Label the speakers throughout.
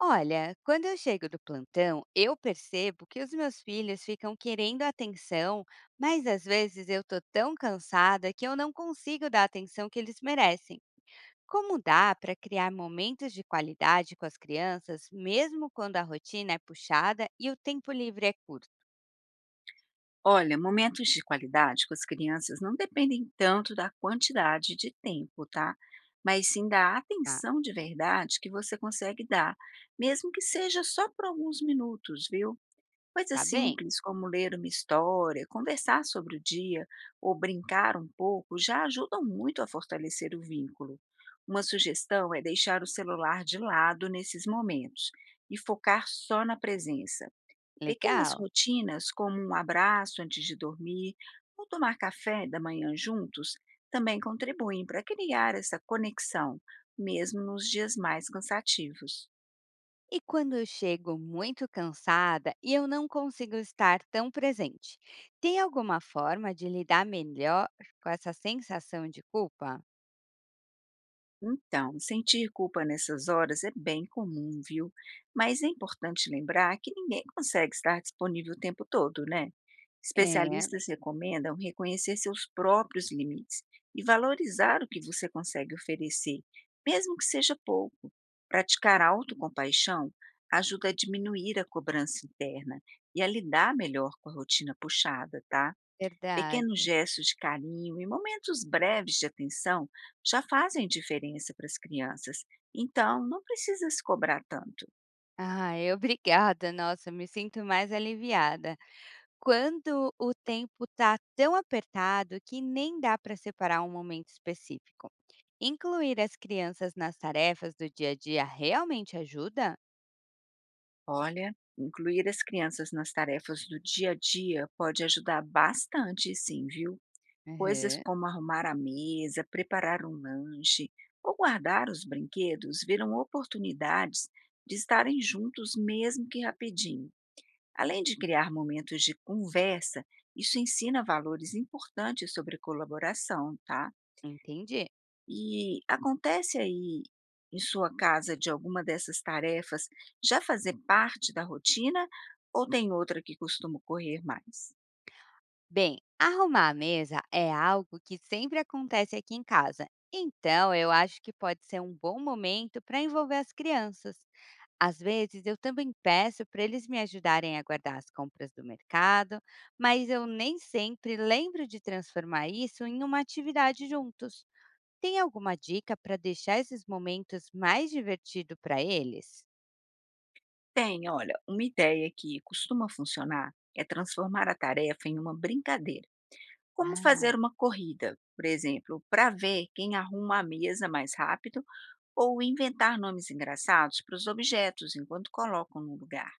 Speaker 1: Olha, quando eu chego do plantão, eu percebo que os meus filhos ficam querendo atenção, mas às vezes eu tô tão cansada que eu não consigo dar a atenção que eles merecem. Como dá para criar momentos de qualidade com as crianças, mesmo quando a rotina é puxada e o tempo livre é curto?
Speaker 2: Olha, momentos de qualidade com as crianças não dependem tanto da quantidade de tempo, tá? Mas sim da
Speaker 1: Ah,
Speaker 2: atenção de verdade que você consegue dar, mesmo que seja só por alguns minutos, viu? Coisas
Speaker 1: tá bem,
Speaker 2: simples como ler uma história, conversar sobre o dia ou brincar um pouco já ajudam muito a fortalecer o vínculo. Uma sugestão é deixar o celular de lado nesses momentos e focar só na presença. Pequenas
Speaker 1: legal.
Speaker 2: rotinas, como um abraço antes de dormir ou tomar café da manhã juntos, também contribuem para criar essa conexão, mesmo nos dias mais cansativos.
Speaker 1: E quando eu chego muito cansada e eu não consigo estar tão presente, tem alguma forma de lidar melhor com essa sensação de culpa?
Speaker 2: Então, sentir culpa nessas horas é bem comum, viu? Mas é importante lembrar que ninguém consegue estar disponível o tempo todo, né?
Speaker 1: É,
Speaker 2: Especialistas recomendam reconhecer seus próprios limites e valorizar o que você consegue oferecer, mesmo que seja pouco. Praticar autocompaixão ajuda a diminuir a cobrança interna e a lidar melhor com a rotina puxada, tá?
Speaker 1: verdade.
Speaker 2: Pequenos gestos de carinho e momentos breves de atenção já fazem diferença para as crianças, então não precisa se cobrar tanto.
Speaker 1: Ai, obrigada, nossa, me sinto mais aliviada. Quando o tempo tá tão apertado que nem dá para separar um momento específico. Incluir as crianças nas tarefas do dia a dia realmente ajuda?
Speaker 2: Olha, incluir as crianças nas tarefas do dia a dia pode ajudar bastante, sim, viu? Coisas
Speaker 1: Uhum,
Speaker 2: como arrumar a mesa, preparar um lanche ou guardar os brinquedos viram oportunidades de estarem juntos, mesmo que rapidinho. Além de criar momentos de conversa, isso ensina valores importantes sobre colaboração, tá?
Speaker 1: entendi.
Speaker 2: E acontece aí em sua casa de alguma dessas tarefas já fazer parte da rotina ou tem outra que costuma ocorrer mais?
Speaker 1: Bem, arrumar a mesa é algo que sempre acontece aqui em casa. Então, eu acho que pode ser um bom momento para envolver as crianças. Às vezes, eu também peço para eles me ajudarem a guardar as compras do mercado, mas eu nem sempre lembro de transformar isso em uma atividade juntos. Tem alguma dica para deixar esses momentos mais divertidos para eles?
Speaker 2: Tem, olha, uma ideia que costuma funcionar é transformar a tarefa em uma brincadeira. Como
Speaker 1: Ah,
Speaker 2: fazer uma corrida, por exemplo, para ver quem arruma a mesa mais rápido ou inventar nomes engraçados para os objetos enquanto colocam no lugar.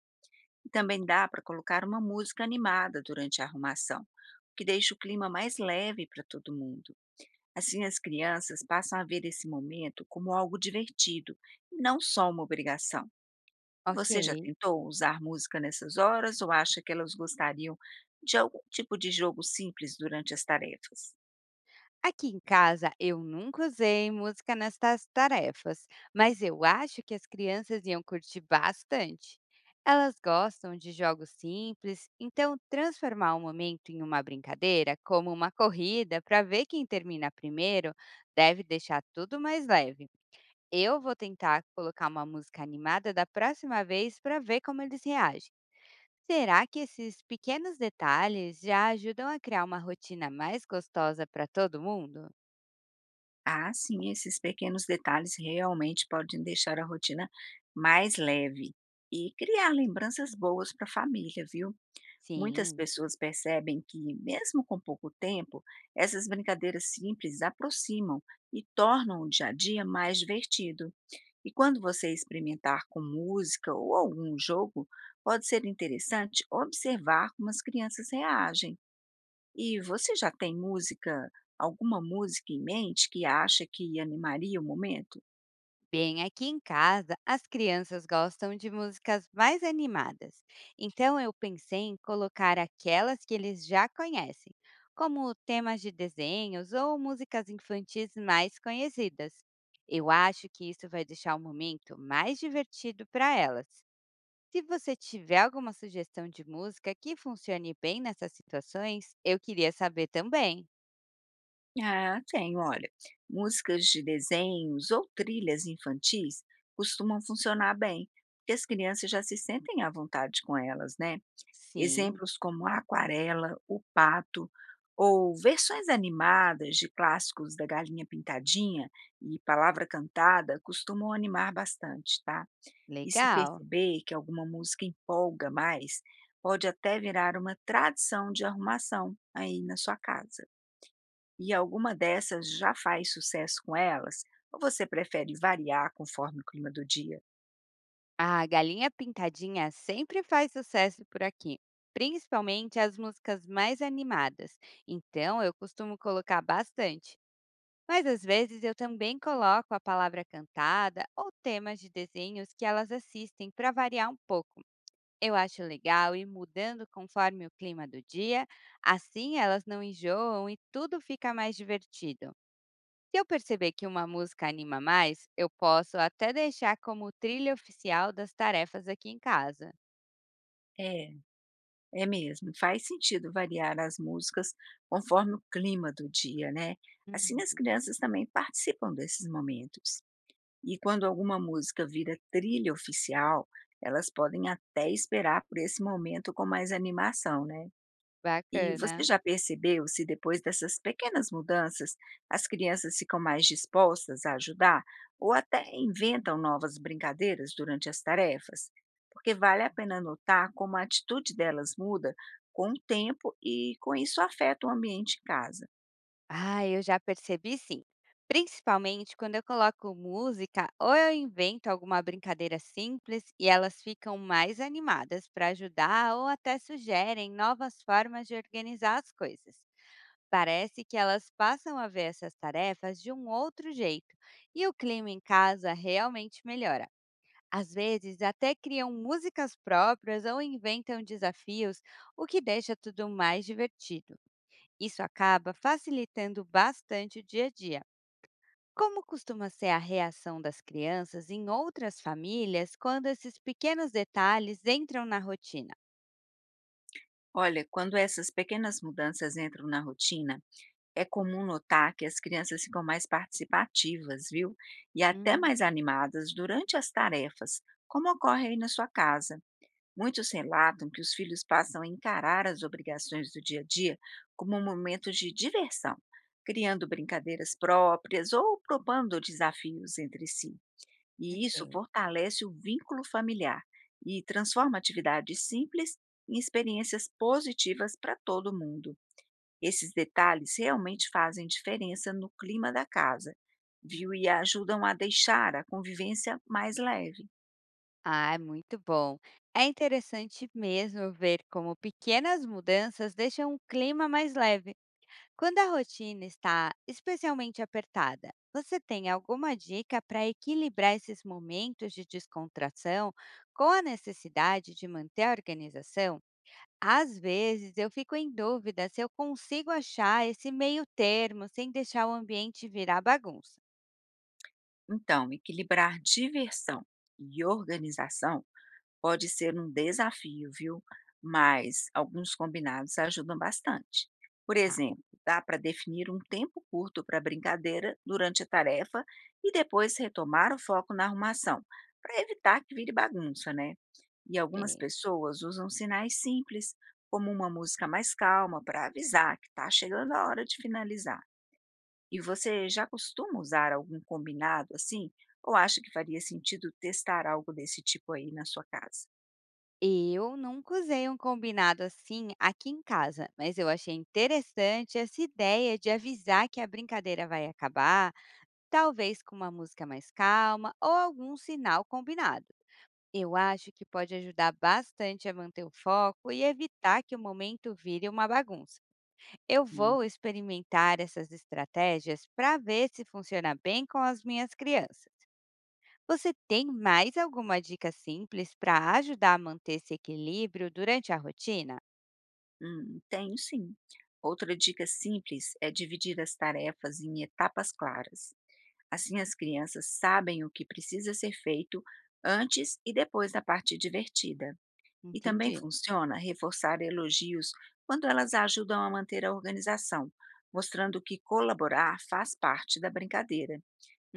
Speaker 2: E também dá para colocar uma música animada durante a arrumação, o que deixa o clima mais leve para todo mundo. Assim, as crianças passam a ver esse momento como algo divertido, e não só uma obrigação. Você já
Speaker 1: ok.
Speaker 2: tentou usar música nessas horas ou acha que elas gostariam de algum tipo de jogo simples durante as tarefas?
Speaker 1: Aqui em casa eu nunca usei música nessas tarefas, mas eu acho que as crianças iam curtir bastante. Elas gostam de jogos simples, então transformar o momento em uma brincadeira, como uma corrida, para ver quem termina primeiro, deve deixar tudo mais leve. Eu vou tentar colocar uma música animada da próxima vez para ver como eles reagem. Será que esses pequenos detalhes já ajudam a criar uma rotina mais gostosa para todo mundo?
Speaker 2: Ah, sim, esses pequenos detalhes realmente podem deixar a rotina mais leve e criar lembranças boas para a família, viu? Muitas
Speaker 1: Sim,
Speaker 2: pessoas percebem que, mesmo com pouco tempo, essas brincadeiras simples aproximam e tornam o dia a dia mais divertido. E quando você experimentar com música ou algum jogo, pode ser interessante observar como as crianças reagem e você já tem música alguma música em mente que acha que animaria o momento?
Speaker 1: bem, aqui em casa as crianças gostam de músicas mais animadas. Então eu pensei em colocar aquelas que eles já conhecem, como temas de desenhos ou músicas infantis mais conhecidas. Eu acho que isso vai deixar o momento mais divertido para elas. Se você tiver alguma sugestão de música que funcione bem nessas situações, eu queria saber também.
Speaker 2: Ah, tenho, olha. Músicas de desenhos ou trilhas infantis costumam funcionar bem, porque as crianças já se sentem à vontade com elas, né?
Speaker 1: Sim,
Speaker 2: Exemplos como a Aquarela, o Pato, ou versões animadas de clássicos da Galinha Pintadinha e Palavra Cantada costumam animar bastante, tá? E se
Speaker 1: legal.
Speaker 2: perceber que alguma música empolga mais, pode até virar uma tradição de arrumação aí na sua casa. E alguma dessas já faz sucesso com elas? Ou você prefere variar conforme o clima do dia?
Speaker 1: A Galinha Pintadinha sempre faz sucesso por aqui, principalmente as músicas mais animadas. Então eu costumo colocar bastante, mas às vezes eu também coloco a palavra cantada ou temas de desenhos que elas assistem para variar um pouco. Eu acho legal ir mudando conforme o clima do dia, assim elas não enjoam e tudo fica mais divertido. Se eu perceber que uma música anima mais, eu posso até deixar como trilha oficial das tarefas aqui em casa.
Speaker 2: É, é mesmo. Faz sentido variar as músicas conforme o clima do dia, né? Assim as
Speaker 1: Uhum.
Speaker 2: crianças também participam desses momentos. E quando alguma música vira trilha oficial, elas podem até esperar por esse momento com mais animação, né? E você
Speaker 1: Bacana.
Speaker 2: já percebeu se depois dessas pequenas mudanças as crianças ficam mais dispostas a ajudar ou até inventam novas brincadeiras durante as tarefas? Porque vale a pena notar como a atitude delas muda com o tempo e com isso afeta o ambiente em casa.
Speaker 1: Ah, eu já percebi sim. Principalmente quando eu coloco música ou eu invento alguma brincadeira simples e elas ficam mais animadas para ajudar ou até sugerem novas formas de organizar as coisas. Parece que elas passam a ver essas tarefas de um outro jeito e o clima em casa realmente melhora. Às vezes, até criam músicas próprias ou inventam desafios, o que deixa tudo mais divertido. Isso acaba facilitando bastante o dia a dia. Como costuma ser a reação das crianças em outras famílias quando esses pequenos detalhes entram na rotina?
Speaker 2: Olha, quando essas pequenas mudanças entram na rotina, é comum notar que as crianças ficam mais participativas, viu? E até
Speaker 1: Hum,
Speaker 2: mais animadas durante as tarefas, como ocorre aí na sua casa. Muitos relatam que os filhos passam a encarar as obrigações do dia a dia como um momento de diversão, criando brincadeiras próprias ou propondo desafios entre si. E isso
Speaker 1: ok.
Speaker 2: fortalece o vínculo familiar e transforma atividades simples em experiências positivas para todo mundo. Esses detalhes realmente fazem diferença no clima da casa, viu? E ajudam a deixar a convivência mais leve.
Speaker 1: Ah, é muito bom. É interessante mesmo ver como pequenas mudanças deixam o clima mais leve. Quando a rotina está especialmente apertada, você tem alguma dica para equilibrar esses momentos de descontração com a necessidade de manter a organização? Às vezes eu fico em dúvida se eu consigo achar esse meio termo sem deixar o ambiente virar bagunça,
Speaker 2: Então, equilibrar diversão e organização pode ser um desafio, viu? Mas alguns combinados ajudam bastante. Por
Speaker 1: tá?
Speaker 2: exemplo, dá para definir um tempo curto para brincadeira durante a tarefa e depois retomar o foco na arrumação, para evitar que vire bagunça, né? E algumas
Speaker 1: É.
Speaker 2: pessoas usam sinais simples, como uma música mais calma, para avisar que está chegando a hora de finalizar. E você já costuma usar algum combinado assim? Ou acha que faria sentido testar algo desse tipo aí na sua casa?
Speaker 1: Eu nunca usei um combinado assim aqui em casa, mas eu achei interessante essa ideia de avisar que a brincadeira vai acabar talvez com uma música mais calma ou algum sinal combinado. Eu acho que pode ajudar bastante a manter o foco e evitar que o momento vire uma bagunça. Eu
Speaker 2: Sim.
Speaker 1: vou experimentar essas estratégias para ver se funciona bem com as minhas crianças. Você tem mais alguma dica simples para ajudar a manter esse equilíbrio durante a rotina?
Speaker 2: Tenho sim. Outra dica simples é dividir as tarefas em etapas claras. Assim as crianças sabem o que precisa ser feito antes e depois da parte divertida. E também
Speaker 1: Entendi.
Speaker 2: funciona reforçar elogios quando elas ajudam a manter a organização, mostrando que colaborar faz parte da brincadeira.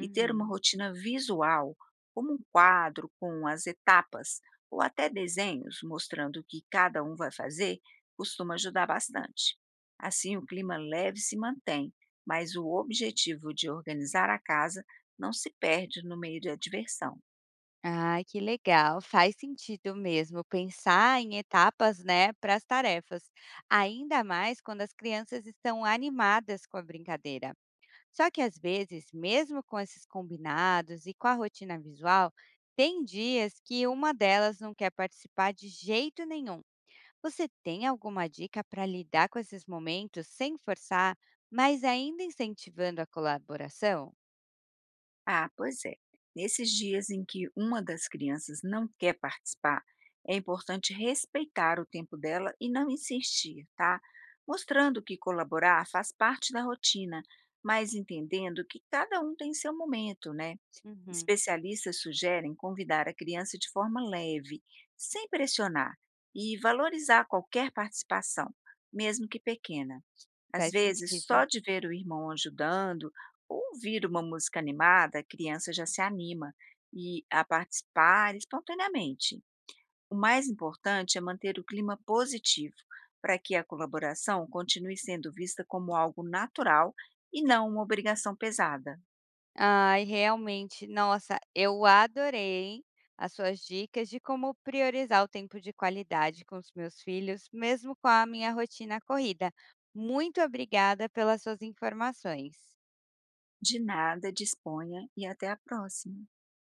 Speaker 2: E ter uma rotina visual, como um quadro com as etapas ou até desenhos mostrando o que cada um vai fazer, costuma ajudar bastante. Assim, o clima leve se mantém, mas o objetivo de organizar a casa não se perde no meio da diversão.
Speaker 1: Ai, que legal. Faz sentido mesmo pensar em etapas, né, para as tarefas, ainda mais quando as crianças estão animadas com a brincadeira. Só que às vezes, mesmo com esses combinados e com a rotina visual, tem dias que uma delas não quer participar de jeito nenhum. Você tem alguma dica para lidar com esses momentos sem forçar, mas ainda incentivando a colaboração?
Speaker 2: Ah, pois é. Nesses dias em que uma das crianças não quer participar, é importante respeitar o tempo dela e não insistir, tá? Mostrando que colaborar faz parte da rotina, mas entendendo que cada um tem seu momento, né?
Speaker 1: Uhum,
Speaker 2: Especialistas sugerem convidar a criança de forma leve, sem pressionar, e valorizar qualquer participação, mesmo que pequena. Às
Speaker 1: faz
Speaker 2: vezes,
Speaker 1: sentido.
Speaker 2: só de ver o irmão ajudando ou ouvir uma música animada, a criança já se anima e a participar espontaneamente. O mais importante é manter o clima positivo, para que a colaboração continue sendo vista como algo natural e não uma obrigação pesada.
Speaker 1: Ai, realmente, nossa, eu adorei as suas dicas de como priorizar o tempo de qualidade com os meus filhos, mesmo com a minha rotina corrida. Muito obrigada pelas suas informações.
Speaker 2: De nada, disponha e até a próxima.